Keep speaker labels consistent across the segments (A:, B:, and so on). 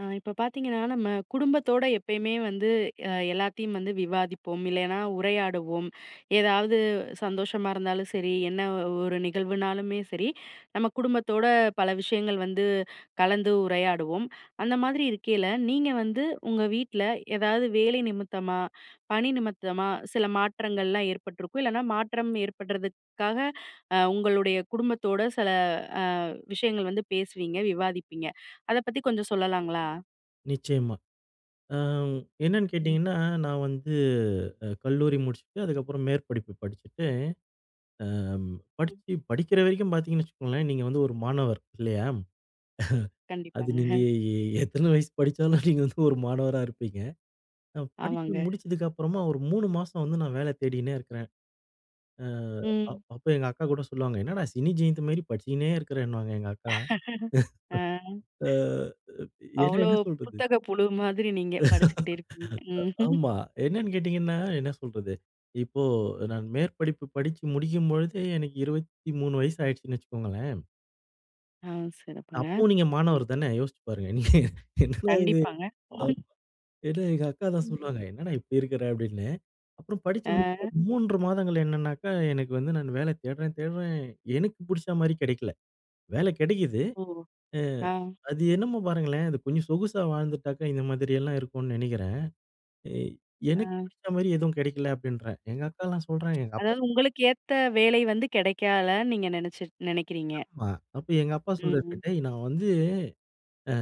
A: இப்ப பார்த்தீங்கன்னா, நம்ம குடும்பத்தோட எப்பயுமே வந்து எல்லாத்தையும் வந்து விவாதிப்போம். இல்லைன்னா உரையாடுவோம். ஏதாவது சந்தோஷமா இருந்தாலும் சரி, என்ன ஒரு நிகழ்வுனாலுமே சரி, நம்ம குடும்பத்தோட பல விஷயங்கள் வந்து கலந்து உரையாடுவோம். அந்த மாதிரி இருக்கையில, நீங்க வந்து உங்க வீட்ல ஏதாவது வேலை நிமித்தமா, பணி நிமித்தமா சில மாற்றங்கள்லாம் ஏற்பட்டிருக்கும். இல்லன்னா மாற்றம் ஏற்படுறதுக்காக உங்களுடைய குடும்பத்தோட சில அ விஷயங்கள் வந்து பேசுவீங்க, விவாதிப்பீங்க. அத பத்தி கொஞ்சம் சொல்லலாங்களா?
B: நிச்சயமா. அ என்னன்னு
A: ம்,
B: கேட்டீங்கன்னா, நான் வந்து கல்லூரி முடிச்சுட்டு, அதுக்கப்புறம் மேற்படிப்பு படிச்சுட்டு,
A: ம்.
B: படிச்சு படிக்கிற வரைக்கும் பார்த்தீங்கன்னு வச்சுக்கோங்களேன், நீங்க வந்து ஒரு மாணவர் இல்லையா? அது
A: கண்டிப்பாங்க.
B: நீங்க எ எத்தன வயசு படிச்சாலும் நீங்க வந்து ஒரு மாணவரா இருப்பீங்க. படிச்சு
A: ஆமாங்க.
B: முடிச்சதுக்கு அப்புறமா ஒரு 3 மாசம் வந்து நான் வேல தேடினே இருக்கிறேன். அ அப்
A: ம்.
B: அப்ப எங்க அக்கா கூட சொல்லுவாங்க, "என்னடா சினி ஜெயந்த் மாரி படிச்சுக்கினே இருக்கிறேன்னுவாங்க" எங்க அக்கா.
A: ஆ
B: அ ஏன்னா
A: அவ்ளோ
B: என்ன சொல்றது?
A: புத்தக புழு மாதிரி நீங்க படிச்சுக்கிட்டே இருக்கீங்க. ம்.
B: ஆமா. என்னன்னு கேட்டீங்கன்னா, என்ன சொல்றது? இப்போ நான் மேற்படிப்பு படிச்சு முடிக்கும் பொழுதே எனக்கு 23 வயசு ஆயிடுச்சுன்னு வச்சுக்கோங்களேன்.
A: ஆ சிறப்புங்க.
B: அப்பவும் நீங்க மாணவர்
A: ம்.
B: தானே! யோசிச்சு பாருங்க. நீங்க என்னடா இது?
A: கண்டிப்பாங்க.
B: அஹ் ஏன்னா எங்க அக்கா தான்
A: ம்.
B: சொல்லுவாங்க, "என்னடா இப்படி இருக்கிற?" அப்படின்னு. அப்புறம் படிச்சு
A: ஆ.
B: முடிச்சு ஒரு 3 மாதங்கள் என்னன்னாக்கா, எனக்கு வந்து நான் வேலை தேடுறேன், தேடுறேன். எனக்கு புடிச்ச மாரி கிடைக்கல. வேலை கிடைக்குது.
A: ஓ!
B: அ
A: ஆ,
B: அது என்னமோ பாருங்களேன், அது கொஞ்சம் சொகுசா வாழ்ந்துட்டாக்கா, இந்த மாதிரியெல்லாம் இருக்கும்னு நெனைக்கிறேன். எ
A: ஆ.
B: எனக்கு பிடிச்ச மாரி எதுவும் கிடைக்கல அப்படின்றேன். எங்க அக்காலாம் சொல்றாங்க, எங்க அப்பா.
A: அதாவது உங்களுக்கு ஏத்த வேலை வந்து கிடைக்கலன்னு நீங்க நெனச்சு நெனைக்கிறீங்க.
B: ஆமா. அப்ப எங்க அப்பா சொல்றாரு,
A: ம்,
B: "டேய் நான் வந்து அ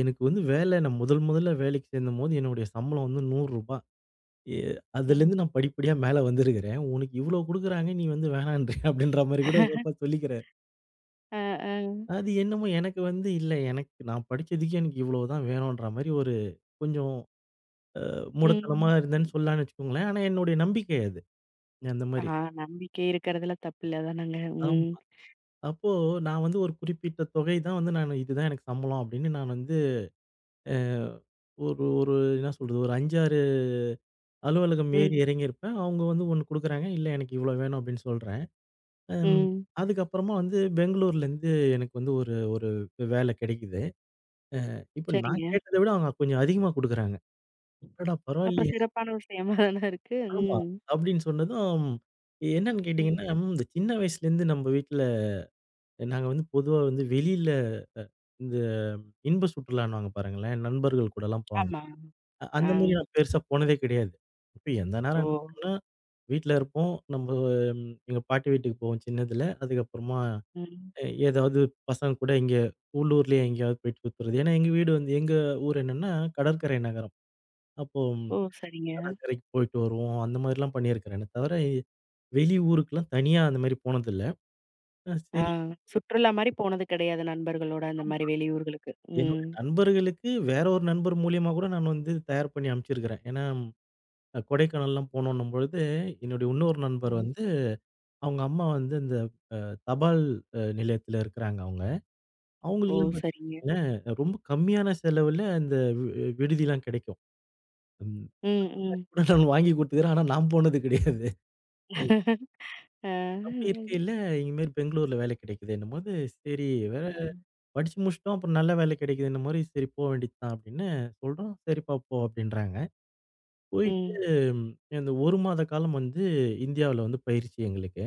B: எனக்கு வந்து வேலை நான் முதல் முதல்ல வேலைக்கு சேர்ந்தம்போது என்னுடைய சம்பளம் வந்து ரூ. 100. எ
A: ம்.
B: அதுலேருந்து நான் படிப்படியா மேல வந்திருக்கிறேன். உனக்கு இவ்ளோ குடுக்குறாங்க. நீ வந்து வேணான்றியா?" அப்படின்ற மாரி கூட எங்க அப்பா சொல்லிக்கிறாரு.
A: ஆ, ஆ.
B: அது என்னமோ எனக்கு வந்து இல்ல எனக்கு நான் படிச்சதுக்கு எனக்கு இவ்ளோ தான் வேணுன்ற மாரி ஒரு கொஞ்சம் முடத்தனமா
A: ம்.
B: இருந்தேன்னு சொல்லலாம்னு வச்சுக்கோங்களேன். ஆனா என்னுடைய நம்பிக்கை அது. அந்த
A: ஆ
B: மாரி.
A: நம்பிக்கை இருக்கிறதுல தப்பில்ல தானங்க.
B: ஆமா.
A: ம்,
B: அப்போ நான் வந்து ஒரு குறிப்பிட்ட தொகை தான் வந்து நான் இதுதான் எனக்கு சம்பளம் அப்படின்னு நான் வந்து ஒரு ஒரு என்ன சொல்றது? ஒரு 5, 6 அலுவலகம் ஏறி
A: ம்,
B: இறங்கியிருப்பேன். அவங்க வந்து ஒண்ணு குடுக்குறாங்க. இல்ல எனக்கு இவ்ளோ வேணும் அப்படின்னு சொல்றேன். அம்
A: ம்.
B: அதுக்கப்புறமா வந்து பெங்களூர்லேருந்து எனக்கு வந்து ஒரு ஒரு வேலை கிடைக்குது. இப்ப
A: சரிங்க.
B: நான் கேட்டத விட அவங்க கொஞ்சம் அதிகமா குடுக்குறாங்க. அடடா!
A: அப்ப
B: பரவாயில்லையே.
A: சிறப்பான விஷயமா தான இருக்கு.
B: ஆமா.
A: ம்,
B: அப்படின்னு சொன்னதும் என்னன்னு
A: ம்.
B: கேட்டீங்கன்னா, இந்த சின்ன வயசுலேருந்து நம்ம வீட்ல நாங்க வந்து பொதுவா வந்து வெளியில இந்த இன்ப சுற்றுலான்னுவாங்க பாருங்களேன். நண்பர்கள் கூடலாம் போவாங்க.
A: ஆமா. ஆ.
B: அந்த மாரி நான் பெருசா போனதே கிடையாது. இப்ப எந்த
A: ஓ!
B: நேரம் என்ன பண்ணுவோம்னா, வீட்ல இருப்போம். நம்ப எங்க பாட்டி வீட்டுக்கு போவோம் சின்னதுல. அதுக்கப்புறமா
A: ம்.
B: ஏதாவது பசங்க கூட இங்க உள்ளூர்லயே எங்கேயாவது போயிட்டு சுத்துறது. ஏன்னா எங்க வீடு வந்து எங்க ஊர் என்னன்னா கடற்கரை நகரம். அப்போ
A: ஓ! சரிங்க.
B: கடற்கரைக்கு போயிட்டு வருவோம். அந்த மாரிலாம் பண்ணியிருக்கிறேனே தவிர, வெளி ஊருக்குலாம் தனியா அந்த மாரி போனதில்ல.
A: ஆ
B: சரி,
A: சுற்றுலா மாரி போனது கிடையாது நண்பர்களோட அந்த மாரி வெளியூர்களுக்கு. ம்.
B: என்னுடைய நண்பர்களுக்கு வேற ஒரு நண்பர் மூலியமா கூட நான் வந்து தயார் பண்ணி அனுப்பிச்சிருக்கிறேன். ஏன்னா, கொடைக்கானல்லாம் போனோன்னும் பொழுது, என்னுடைய இன்னொரு நண்பர்
A: ம்.
B: வந்து அவங்க அம்மா வந்து இந்த அ தபால் நிலையத்துல இருக்கிறாங்க அவங்க.
A: ஓ!
B: அவங்களுக்கெல்லாம்
A: சரிங்க.
B: பார்த்தீங்கன்னு வச்சுக்கோங்களேன், ரொம்ப கம்மியான செலவுல அந்த வி விடுதிலாம் கிடைக்கும். ம்.
A: ம்,
B: அந்த மாரி
A: ம்.
B: கூட நான் வாங்கி குடுத்துக்கிறேன். ஆனா நான் போனது கிடையாது.
A: ஆ.
B: அப்படி இருக்கையில இந்த மாரி பெங்களூர்ல வேலை கிடைக்குதுன்னும்போது, சரி வேற
A: ம்.
B: படிச்சு முடிச்சுட்டோம். அப்புறம் நல்ல வேலை கிடைக்குதுன்னும் போது, சரி போ வேண்டியது தான் அப்படின்னு சொல்றோம். சரிப்பா போ அப்படின்றாங்க. போயிட்டு
A: ம்.
B: ம், இந்த 1 மாத காலம் வந்து இந்தியாவுல வந்து பயிற்சி எங்களுக்கு.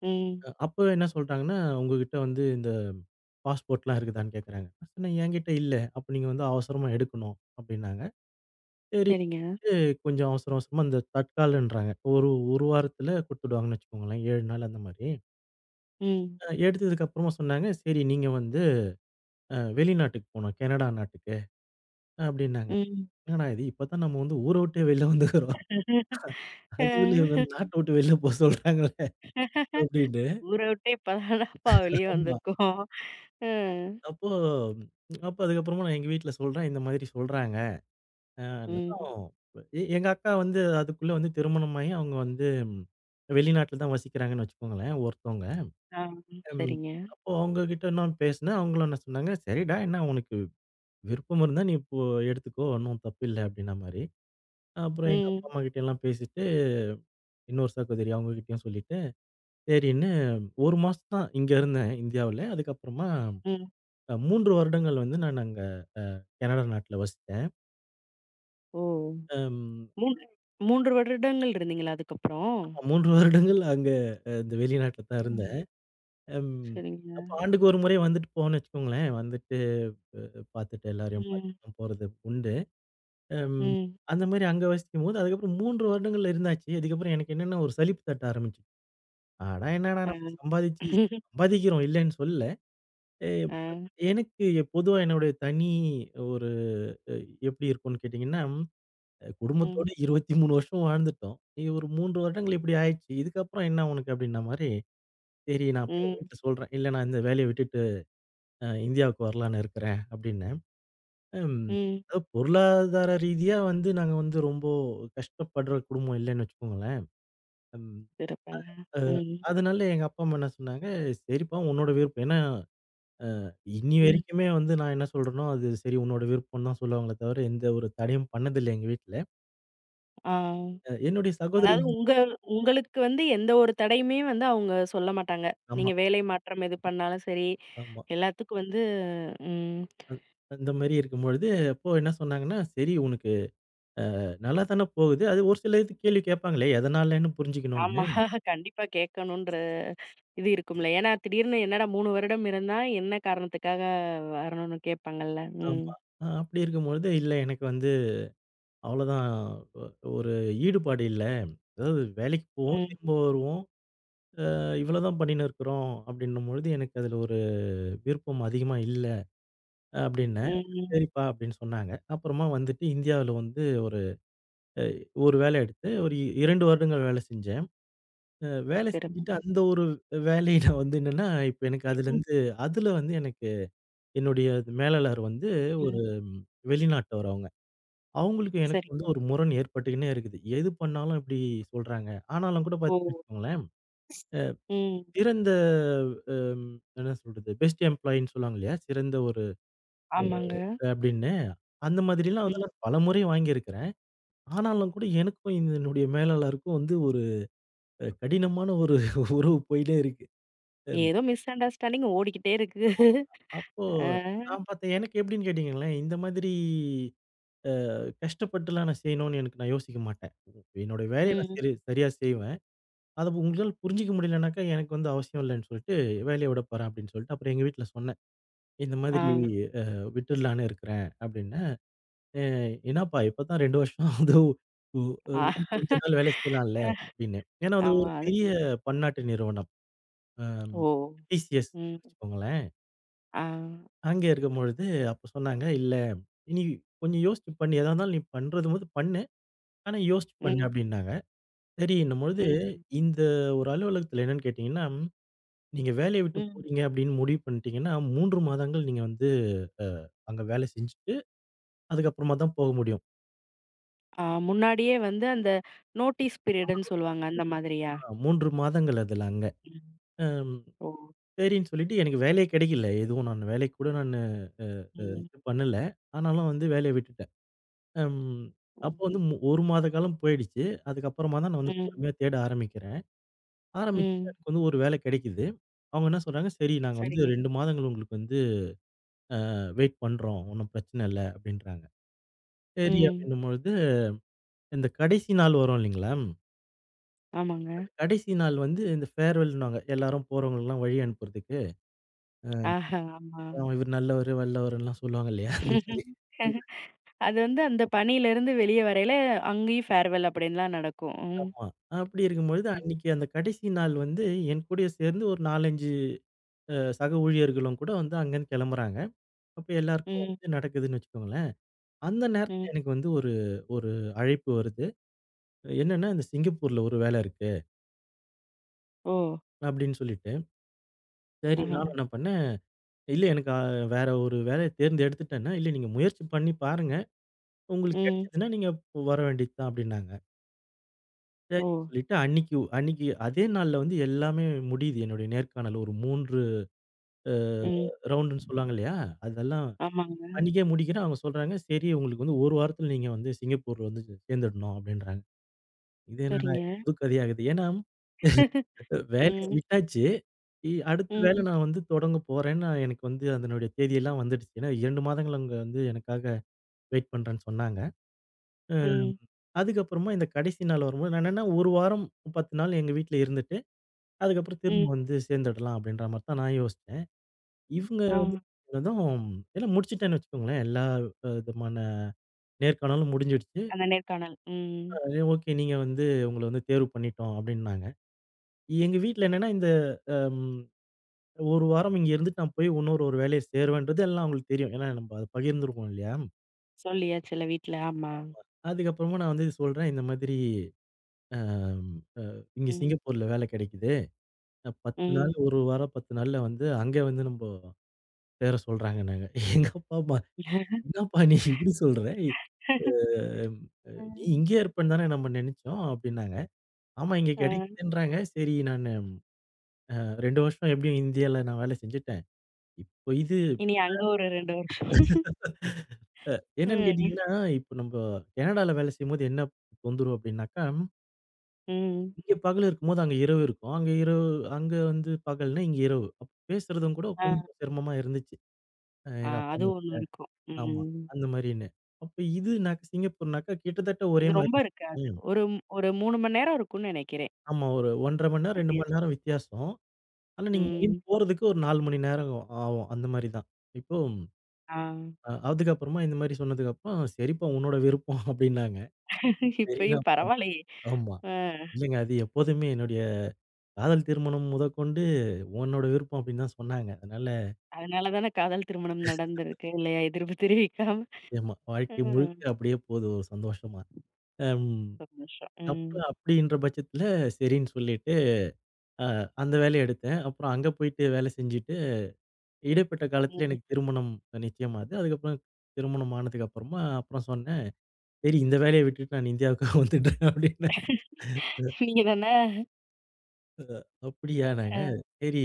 A: ம்.
B: அப்ப என்ன சொல்ட்டாங்கன்னா, "உங்ககிட்ட வந்து இந்த பாஸ்போர்ட்லாம் இருக்குதான்னு கேட்குறாங்க." நான் சொன்னேன், "என்கிட்ட இல்ல. அப்ப நீங்க வந்து அவசரமா எடுக்கணும்." அப்படின்னாங்க. சரி,
A: சரிங்க.
B: கொஞ்சம் அவசர அவசரமா இந்த தட்கால்ன்றாங்க. ஒரு 1 வாரத்துல குடுத்துடுவாங்கன்னு வச்சுக்கோங்களேன். 7 நாள் அந்த மாரி.
A: ம்.
B: எடுத்ததுக்கு அப்புறமா சொன்னாங்க, "சரி நீங்க வந்து வெளிநாட்டுக்கு போணும். கனடா நாட்டுக்கு." அப்படின்னாங்க.
A: ம்.
B: என்னடா இது, இப்பதான் நம்ம வந்து ஊர விட்டே வெளில வந்துக்குறோம். அதுக்குள்ள இவங்க
A: ஆ.
B: வந்து நாட்ட விட்டு வெளில போ சொல்றாங்களே அப்படின்னு.
A: ஊர விட்டே இப்பதானப்பா வெளிய
B: ஆமா.
A: வந்திருக்கோம். அ.
B: அப்போ அதுக்கப்புறமா நான் எங்க வீட்ல சொல்றேன். இந்த மாதிரி சொல்றாங்க. ஆ,
A: ம்.
B: அதான். எங்க அக்கா வந்து அதுக்குள்ள வந்து திருமணமாகி அவங்க வந்து வெளிநாட்ல தான் வசிக்கிறாங்கன்னு வச்சுக்கோங்களேன், ஒருத்தவங்க.
A: ஆ.
B: ம்.
A: சரிங்க.
B: அப்போ அவங்க கிட்ட நான் பேசினேன். அவங்களும் என்ன சொன்னாங்க, "சரிடா என்ன உனக்கு விருப்பம் இருந்தா நீ இப்போ எடுத்துக்கோ, ஒண்ணும் தப்பில்ல." அப்படின்ன மாரி. அப்புறம் எங்க அப்பா,
A: ம்.
B: அம்மா கிட்ட எல்லாம் பேசிட்டு, இன்னொரு சகோதரி அவங்க கிட்டயும் சொல்லிட்டு, சரின்னு 1 மாசம் தான் இங்க இருந்தேன் இந்தியாவுல. அதுக்கப்புறமா
A: ம்.
B: 3 வருடங்கள் வந்து நான் அங்க கனடா நாட்ல வசிச்சேன்.
A: ஓ!
B: அம்
A: 3 3 வருடங்கள் இருந்தீங்களா அதுக்கப்புறம்?
B: ஆமா, 3 வருடங்கள் அங்க இந்த வெளிநாட்ல தான்
A: ம்.
B: இருந்தேன். ம்.
A: சரிங்க.
B: அப்ப ஆண்டுக்கு ஒரு முறை வந்துட்டு போவோம்ன்னு வச்சுக்கோங்களேன். வந்துட்டு பார்த்துட்டு எல்லாரையும்
A: ம்.
B: பார்த்துட்டு போறது உண்டு. ம்.
A: ம்.
B: அந்த மாரி அங்க வசிக்கும்போது, அதுக்கப்புறம் 3 வருடங்கள் இருந்தாச்சு. அதுக்கப்புறம் எனக்கு என்னன்னா ஒரு சலிப்பு தட்ட ஆரம்பிச்சுச்சு. ஆனா என்னடா
A: ஆ.
B: நம்ம சம்பாதிச்சு சம்பாதிக்கிறோம் இல்லன்னு சொல்லல. எ
A: ஆ,
B: பொதுவா என்னுடைய தனி ஒரு அ எப்படி இருக்கும்ன்னு கேட்டீங்கன்னா, குடும்பத்தோட
A: ம்,
B: 23 வருஷம் வாழ்ந்துட்டோம். இது ஒரு 3 வருடங்கள் இப்படி ஆயிடுச்சு. இதுக்கப்புறம் என்ன உனக்கு அப்படின்ன மாரி, சரி நான் போய் எங்க
A: ம்,
B: வீட்ல சொல்றேன். இல்ல, நான் இந்த வேலைய விட்டுட்டு இந்தியாவுக்கு வரலான்னு இருக்கிறேன் அப்படின்னு. ம்.
A: ம்.
B: அதாவது பொருளாதார ரீதியா வந்து நாங்க வந்து ரொம்ப கஷ்டப்படுற குடும்பம் இல்லைன்னு வச்சுக்கோங்களேன். ம்.
A: சிறப்புங்க.
B: அ
A: ம்,
B: அதனால எங்க அப்பா அம்மா என்ன சொன்னாங்க, "சரிப்பா உன்னோட விருப்பம்." ஏன்னா இன்னி
A: ம்.
B: வரைக்குமே வந்து நான் என்ன சொல்றேனோ, அது சரி, உன்னோட விருப்பம் தான் சொல்லுவாங்களே தவிர, எந்த ஒரு தடையும் பண்ணதில்ல எங்க வீட்ல.
A: ஆ.
B: என்னுடைய சகோதரி.
A: அதாவது உங்க உங்களுக்கு வந்து எந்த ஒரு தடையுமே வந்து அவங்க சொல்ல மாட்டாங்க.
B: ஆமா,
A: நீங்க வேலை மாற்றம் எது பண்ணாலும் சரி,
B: ஆமா.
A: எல்லாத்துக்கும் வந்து ம்.
B: அ அந்த மாரி இருக்கும்பொழுது, அப்போ என்ன சொன்னாங்கன்னா, "சரி உனக்கு நல்லா தானே போகுது. அது ஒரு சில இது கேள்வி கேட்பாங்களே, எதனாலன்னு
A: ஆமா.
B: புரிஞ்சுக்கணும்னு."
A: கண்டிப்பா கேட்கணுன்ற இது இருக்கும்ல. ஏன்னா திடீர்னு என்னடா 3 வருடம் இருந்தா என்ன காரணத்துக்காக வரணும்னு கேட்பாங்கள்ல. ம்,
B: ஆமா. அப்படி இருக்கும்பொழுது, "இல்ல எனக்கு வந்து அவ்வளோதான். ஒ ஒரு ஈடுபாடு இல்ல. அதாவது வேலைக்கு போவோம்,
A: ம்,
B: திரும்ப வருவோம். அ இவ்வளோதான் பண்ணின்னு இருக்கிறோம் அப்படின்னும்பொழுது, எனக்கு அதில ஒரு விருப்பம் அதிகமா இல்ல அப்படின்னேன்.
A: ம், ம்.
B: சரிப்பா அப்படின்னு சொன்னாங்க. அப்புறமா வந்துட்டு இந்தியாவில வந்து ஒரு ஒரு வேலை எடுத்து ஒரு 2 வருடங்கள் வேலை செஞ்சேன். வேலை செஞ்சுட்டு
A: சிறப்புங்க.
B: அந்த ஒரு வேலையில வந்து என்னன்னா, இப்ப எனக்கு
A: ம்,
B: அதுலேருந்து அதில வந்து எனக்கு என்னுடைய மேலாளர் வந்து
A: ம்.
B: ஒரு ம், வெளிநாட்டவர் அவங்க. அவங்களுக்கும் எனக்கும் வந்து
A: சரிங்க.
B: ஒரு முரண் ஏற்பட்டுக்கின்னே இருக்குது. எது பண்ணாலும் இப்படி சொல்றாங்க. ஆனாலும் கூட
A: ஓ!
B: பார்த்தீங்கன்னு வச்சுக்கோங்களேன்,
A: ம்.
B: சிறந்த அம் என்ன சொல்றது? பெஸ்ட் எம்ப்ளாயின்னு சொல்லுவாங்க இல்லையா? சிறந்த ஒரு
A: ஆமாங்க.
B: அப்படின்னு. அந்த மாதிரிலாம்
A: ம்.
B: வந்து நான் பலமுறை வாங்கியிருக்கிறேன். ஆனாலும் கூட எனக்கும் இந்த என்னுடைய மேலாளருக்கும் வந்து ஒரு கடினமான ஒரு உறவு போயிட்டே இருக்கு.
A: ஏதோ மிஸ் அண்டர்ஸ்டாண்டிங் ஓடிக்கிட்டே இருக்கு.
B: அப்போ
A: ஆ,
B: நான் பார்த்தேன், எனக்கு எப்படின்னு கேட்டீங்களேன், இந்த மாதிரி கஷ்டப்பட்டுலாம் நான் செய்யணும்னு எனக்கு நான் யோசிக்க மாட்டேன். என்னோட வேலைய நான்
A: ம்.
B: சரி சரியா செய்வேன். அத உங்களால புரிஞ்சுக்க முடியலனாக்கா, எனக்கு வந்து அவசியம் இல்லன்னு சொல்லிட்டு, வேலைய விட போறேன் அப்படின்னு சொல்லிட்டு, அப்புறம் எங்க வீட்ல சொன்னேன். இந்த
A: ஆ,
B: மாதிரி அ விட்டுடலான்னு இருக்கிறேன் அப்படின்னேன். "அ என்னப்பா இப்பதான் 2 வருஷம் ஆகுது. உ அ இன்னும்
A: ஆ.
B: கொஞ்ச நாள் வேலை செய்யலாம்ல" அப்படின்னு. ஏன்னா அது
A: ஆமா.
B: ஒரு பெரிய
A: அதுக்கு
B: பன்னாட்டு நிறுவனம். அம்
A: ஓ!
B: டிசிஎஸ்
A: ம்.
B: வச்சுக்கோங்களேன்.
A: ஆ.
B: அங்க இருக்கும்பொழுது அப்ப சொன்னாங்க, "இல்ல இனி கொஞ்சம் யோசிச்சு பண்ணு. எதா இருந்தாலும் நீ பண்றது போது பண்ணு. ஆனா யோசிச்சு பண்ணு"
A: ம்,
B: அப்படின்னாங்க. சரின்னும்பொழுது,
A: ம்,
B: இந்த ஒரு அலுவலகத்துல என்னன்னு கேட்டீங்கன்னா, நீங்க வேலைய விட்டு
A: ம்.
B: போறீங்க அப்படின்னு முடிவு பண்ணிட்டீங்கன்னா, 3 மாதங்கள் நீங்க வந்து அங்க வேலை செஞ்சுட்டு, அதுக்கப்புறமா தான் போக முடியும்.
A: ஆ முன்னாடியே வந்து அந்த நோட்டீஸ்
B: ஆமா,
A: பீரியடுன்னு
B: நோட்டீஸ்
A: சொல்லுவாங்க. அந்த
B: பீரியட்
A: மாதிரியா?
B: தான். 3 மாதங்கள் அதுல அங்க.
A: ம்.
B: அம்
A: ஓ!
B: சரின்னு சொல்லிட்டு எனக்கு வேலையே கிடைக்கல. எதுவும் நான் வேலைக்கு கூட நானு இது
A: ம்.
B: பண்ணல. ஆனாலும் வந்து வேலைய விட்டுட்டேன். அம்
A: ஓ!
B: அப்போ வந்து 1 மாத காலம் போயிடுச்சு. அதுக்கப்புறமா தான் நான் வந்து
A: ம்,
B: பொறுமையா தேட ஆரம்பிக்கிறேன். ஆரம்பிச்சு
A: ம்.
B: எனக்கு வந்து ஒரு வேலை கிடைக்குது. அவங்க என்ன சொல்றாங்க, "சரி நாங்க வந்து
A: சரிங்க.
B: 2 மாதங்கள் உங்களுக்கு வந்து வெயிட் பண்றோம். ஒண்ணும் பிரச்சனை இல்ல" அப்படின்றாங்க. சரி
A: ம்.
B: அப்படின்னும்பொழுது இந்த கடைசி நாள் வரும் இல்லைங்களா?
A: ஆமாங்க.
B: அந்த கடைசி நாள் வந்து இந்த ஃபேர்வெல்ன்னுவாங்க. எல்லாரும் போறவங்களுக்கெல்லாம் வழி அனுப்புறதுக்கு.
A: ஆஹா! ஆமா.
B: இவர் நல்லவரு, வல்லவருன்லாம் சொல்லுவாங்க இல்லையா? அந்த மாரி.
A: அது வந்து அந்த பணியிலருந்து வெளிய வரையில அங்கேயும் ஃபேர்வெல் அப்படின்லாம் நடக்கும். ம்,
B: ஆமா. அப்படி இருக்கும்பொழுது
A: ம்,
B: அன்னைக்கு அந்த கடைசி நாள் வந்து என் கூடயே சேர்ந்து ஒரு 4, 5 சக ஊழியர்களும் கூட வந்து அங்கேருந்து கெளம்புறாங்க. அப்ப எல்லாருக்கும்
A: ம்,
B: வந்து நடக்குதுன்னு வச்சுக்கோங்களேன். அந்த நேரத்துல
A: ம்.
B: எனக்கு வந்து ஒரு ஒரு அழைப்பு வருது. என்னன்னா, இந்த சிங்கப்பூர்ல ஒரு வேலை இருக்கு
A: ஓ!
B: அப்படின்னு சொல்லிட்டு. சரி
A: ஆஹா!
B: நானும் என்ன பண்ணேன், இல்ல எனக்கு வேற ஒரு வேலைய தேர்ந்தெடுத்துட்டேன்னா, இல்ல நீங்க முயற்சி பண்ணி பாருங்க. உங்களுக்கு
A: ம்.
B: கிடைச்சதுன்னா நீங்க வர வேண்டியது தான் அப்டின்னாங்க.
A: ஓ!
B: சரின்னு சொல்லிட்டு அன்னைக்கு அன்னைக்கு அதே நாள்ல வந்து எல்லாமே முடியுது. என்னுடைய நேர்காணல் ஒரு 3 அ
A: ம்.
B: ரவுண்டுன்னு சொல்லுவாங்க இல்லையா? அதெல்லாம்
A: ஆமாங்க.
B: அன்னைக்கே முடிக்கிறேன். அவங்க சொல்றாங்க, "சரி உங்களுக்கு வந்து 1 வாரத்துல நீங்க வந்து சிங்கப்பூர்ல வந்து சேர்ந்துடணும்" அப்டின்றாங்க. இது என்னடா
A: சரிங்க.
B: புது கதையாகுது. ஏன்னா வேலைய
A: ம்,
B: விட்டாச்சு. அடுத்த வேலை
A: ம்,
B: நான் வந்து தொடங்க போறேன்னு நான் எனக்கு வந்து அதனுடைய தேதியெல்லாம் வந்துடுச்சு. ஏன்னா 2 மாதங்கள் அங்க வந்து எனக்காக வெயிட் பண்றேன்னு சொன்னாங்க.
A: ம்,
B: அதுக்கப்புறமா இந்த கடைசி நாள் வரும்போது நான் என்னன்னா, 1 வாரம் 10 நாள் எங்க வீட்ல இருந்துட்டு, அதுக்கப்புறம் திரும்ப
A: ம்.
B: வந்து சேர்ந்துடலாம் அப்படின்ற மாரி தான் நான் யோசிச்சேன். இவங்க
A: ஆ.
B: வந்ததும் எல்லாம் முடிச்சுட்டேன்னு வச்சுக்கோங்களேன். எல்லா விதமான நேர்காணலும் முடிஞ்சிடுச்சு.
A: அந்த நேர்காணல். ம்.
B: அதுலயே ஓகே, நீங்க வந்து உங்கள வந்து தேர்வு பண்ணிட்டோம் அப்படின்னாங்க. எங்க வீட்ல என்னன்னா இந்த அம் 1 வாரம் இங்க இருந்துட்டு நான் போய் இன்னொரு ஒரு வேலைய சேருவேன்றது எல்லாம் அவங்களுக்கு தெரியும். ஏன்னா நம்ம அத பகிர்ந்துருக்கோம் இல்லையா?
A: சொல்லியாச்சுல்ல வீட்ல. ஆமா.
B: அதுக்கப்புறமா நான் வந்து இது சொல்றேன், இந்த மாதிரி அ அ இங்க
A: ம்,
B: சிங்கப்பூர்ல வேலை கிடைக்குது. 10
A: ம்.
B: நாள், 1 வாரம் 10 நாள்ல வந்து அங்க வந்து நம்போ சேர சொல்றாங்க நாங்க. எங்க அப்பா, அம்மா, "என்னப்பா நீ இப்படி சொல்ற? நீ
A: ம்.
B: இங்கேயே இருப்பேன்னு தானே நம்ம நெனச்சோம்" அப்படின்னாங்க. "ஆமா, இங்க
A: ஆ.
B: கெடைக்குதுன்றாங்க. சரி, நானு 2 வருஷம் எப்படியும் இந்தியால நான் வேலை செஞ்சுட்டேன். இப்போ இது"
A: இனி அங்க ஒரு 2 வருஷம்.
B: என்னன்னு
A: ம்,
B: கேட்டீங்கன்னா, இப்போ நம்ப கனடால வேலை செய்யும்போது என்ன தொந்தரவு அப்படின்னாக்கா,
A: ம்.
B: இங்க பகல் இருக்கும்போது அங்க இரவு இருக்கும். அங்க இரவு, அங்க வந்து பகல்னா, இங்க இரவு. அப்ப பேசுறதும் கூட
A: ஆ,
B: கொஞ்சம் சிரமமா இருந்துச்சு.
A: ஆ.
B: எங்க அப்பா,
A: அது
B: அம்மா.
A: ஒண்ணு இருக்கும்.
B: ஆமா.
A: ம்.
B: அந்த மாரின்னு. அப்ப இது நாங்க சிங்கப்பூர்னாக்கா கிட்டத்தட்ட ஒரே
A: இது
B: மாரி
A: ரொம்ப இருக்காது.
B: இருந்துச்சுங்க.
A: ஒரு ஒரு 3 மணி நேரம் இருக்கும்னு நெனைக்கிறேன்.
B: ஆமா. ஒரு 1 1/2 மணி நேரம், 2 மணி
A: வித்தியாசம்.
B: நேரம் வித்தியாசம். ஆனா நீங்க இங்கேருந்து
A: ம்.
B: போறதுக்கு ஒரு 4 மணி நேரம் ஆகும். அந்த மாரி தான். இப்போ
A: ஆ.
B: அதுக்கப்புறமா இந்த மாரி சொன்னதுக்கப்புறம், "சரிப்பா உன்னோட விருப்பம்" அப்டின்னாங்க. சரி
A: இப்பயும்
B: நான் பண்
A: பரவாயில்லையே!
B: ஆமா.
A: ஆ.
B: இல்லங்க, அது எப்போதுமே என்னுடைய காதல் திருமணம் முதற்கொண்டு உன்னோட விருப்பம் அப்டின்னு தான் சொன்னாங்க. அதனால
A: அதனால தானே காதல் திருமணம் நடந்திருக்கு இல்லையா? எதிர்ப்பு தெரிவிக்காம.
B: ஆமா வாழ்க்கை
A: ம்.
B: முழுக்க அப்டியே போது ஒரு சந்தோஷமா. அம்
A: சந்தோஷம். ம்.
B: அப்புறம் அப்டின்ற பட்சத்துல சரின்னு சொல்லிட்டு அ அந்த வேலைய எடுத்தேன். அப்புறம் அங்க போயிட்டு வேலை செஞ்சுட்டு, இடைப்பட்ட காலத்துல எனக்கு திருமணம் நிச்சயமாது. அதுக்கப்புறம் திருமணம் ஆனதுக்கு அப்புறமா அப்புறம் சொன்னேன், "சரி இந்த வேலைய விட்டுட்டு நான் இந்தியாவுக்கு வந்துட்டேன்" அப்படின்னு.
A: ம். நீங்க தானே? அ.
B: "அப்படியான்னாங்க." சரி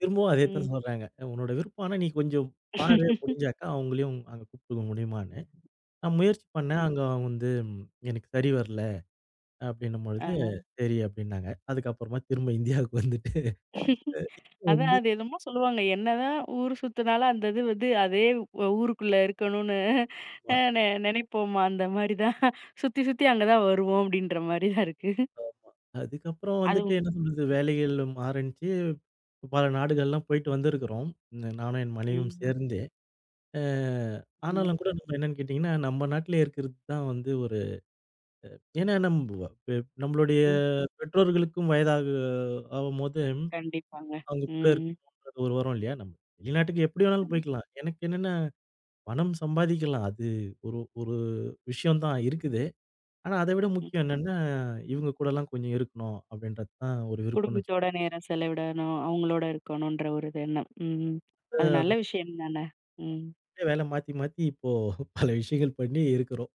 B: திரும்பவும் அதே
A: ம்.
B: தான் சொல்றாங்க. "உன்னோட விருப்பம். ஆனா நீ கொஞ்சம் பாரு முடிஞ்சாக்கா அவங்களையும் அங்க கூப்பிட்டுக்க முடியுமான்னு." நான் முயற்சி பண்ணேன்.
A: ம்.
B: அங்க வந்து எனக்கு சரி வரல அப்படின்னும் பொழுது,
A: ஆ.
B: "சரி" அப்படின்னாங்க. அதுக்கப்புறமா திரும்ப இந்தியாவுக்கு வந்துட்டு.
A: அதான் அது என்னமோ சொல்லுவாங்க. என்னதான் ஊர் சுத்துனாலும் அந்த இது வந்து அதே ஊருக்குள்ள இருக்கணும்னு அ
B: ஆமா.
A: நெ நெனைப்போமா, அந்த மாரி தான். சுத்தி சுத்தி அங்க தான் வருவோம் அப்டின்ற மாரி தான் இருக்கு.
B: அதுக்கப்புறம் வந்துட்டு
A: அதுவும்
B: என்ன சொல்றது, வேலைகள் மாறுனுச்சு. பல நாடுகள்லாம் போயிட்டு வந்திருக்கிறோம். நானும் என் மனைவியும்
A: ம்.
B: சேர்ந்து. அ
A: ம்.
B: ஆனாலும் கூட நம்ம என்னன்னு கேட்டீங்கன்னா, நம்ம நாட்டிலே இருக்கிறது தான் வந்து ஒரு, ஏன்னா நம்ப பெ நம்மளுடைய
A: ம்.
B: பெற்றோர்களுக்கும் வயதாக ஆகும்போது,
A: கண்டிப்பாங்க.
B: அவங்க கூட
A: ம்.
B: இருக்கணும்ன்றது ஒரு வரும் இல்லையா? நம்ம வெளிநாட்டுக்கு எப்படி வேணாலும்
A: ம்.
B: போய்க்கலாம். எனக்கு என்னன்னா பணம் சம்பாதிக்கலாம். அது ஒரு ஒரு விஷயம் தான் இருக்குது. ஆனா அத விட
A: ம்.
B: முக்கியம் என்னன்னா, இவங்க கூடலாம் கொஞ்சம் இருக்கணும் அப்படின்றது தான் ஒரு விருப்பம்னு வச்சுக்கோங்க.
A: குடும்பத்தோட நேரம் செலவிடணும், அவங்களோட இருக்கணுன்ற ஒரு எண்ணம். ம். அது நல்ல
B: அது
A: விஷயம் தானே! ம்.
B: வேல மாத்தி மாத்தி இப்போ பல விஷயங்கள் பண்ணி இருக்கிறோம்.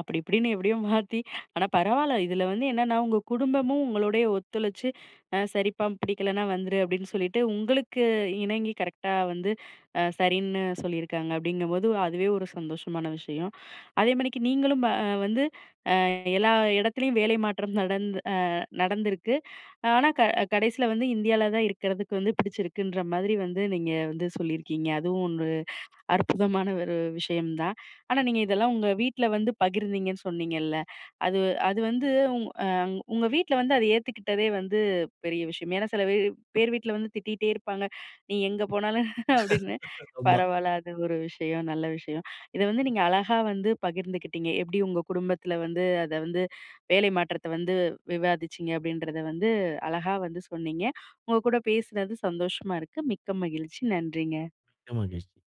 A: அப்படி இப்படின்னு எப்படியோ மாத்தி, ஆனா பரவால்ல. இதுல வந்து என்னன்னா, உங்க குடும்பமும் உங்களோடயே ஒத்துழைச்சு, "அ சரிப்பா பிடிக்கலன்னா வந்துரு" அப்படின்னு சொல்லிட்டு, உங்களுக்கு இணங்கி கரெக்ட்டா வந்து சரின்னு சொல்லியிருக்காங்க. அப்படிங்கும்போது அதுவே ஒரு சந்தோஷமான விஷயம். அதே மாணிக்கு நீங்களும் வந்து எல்லா இடத்துலயும் வேலை மாற்றம் நடந்து நடந்திருக்கு. ஆனா கடைசியில வந்து இந்தியால தான் இருக்கிறதுக்கு வந்து பிடிச்சிருக்குன்ற மாதிரி வந்து நீங்க வந்து சொல்லியிருக்கீங்க. அதுவும் ஒண்ணு அற்புதமான ஒரு விஷயம் தான். ஆனா, நீங்க இதெல்லாம் உங்க வீட்ல வந்து பகிர்ந்தீங்கன்னு சொன்னீங்கல்ல. அது அது வந்து உங் அ உங்க வீட்ல வந்து அத ஏத்துக்கிட்டதே வந்து பெரிய விஷயம். ஏன்னா, சில பேர் பேர் வீட்ல வந்து திட்டிட்டே இருப்பாங்க. "நீ எங்க போனாலும்" அப்படின்னு. பரவால்ல அது ஒரு விஷயம், நல்ல விஷயம். இத வந்து நீங்க அழகா வந்து பகிர்ந்துக்கிட்டீங்க. எப்படி உங்க குடும்பத்துல வந்து அத வந்து வேலை மாற்றத்த வந்து விவாதிச்சீங்க அப்படின்றத வந்து அழகா வந்து சொன்னீங்க. உங்க கூட பேசுனது சந்தோஷமா இருக்கு. மிக்க மகிழ்ச்சி. நன்றிங்க.
B: மிக்க மகிழ்ச்சி.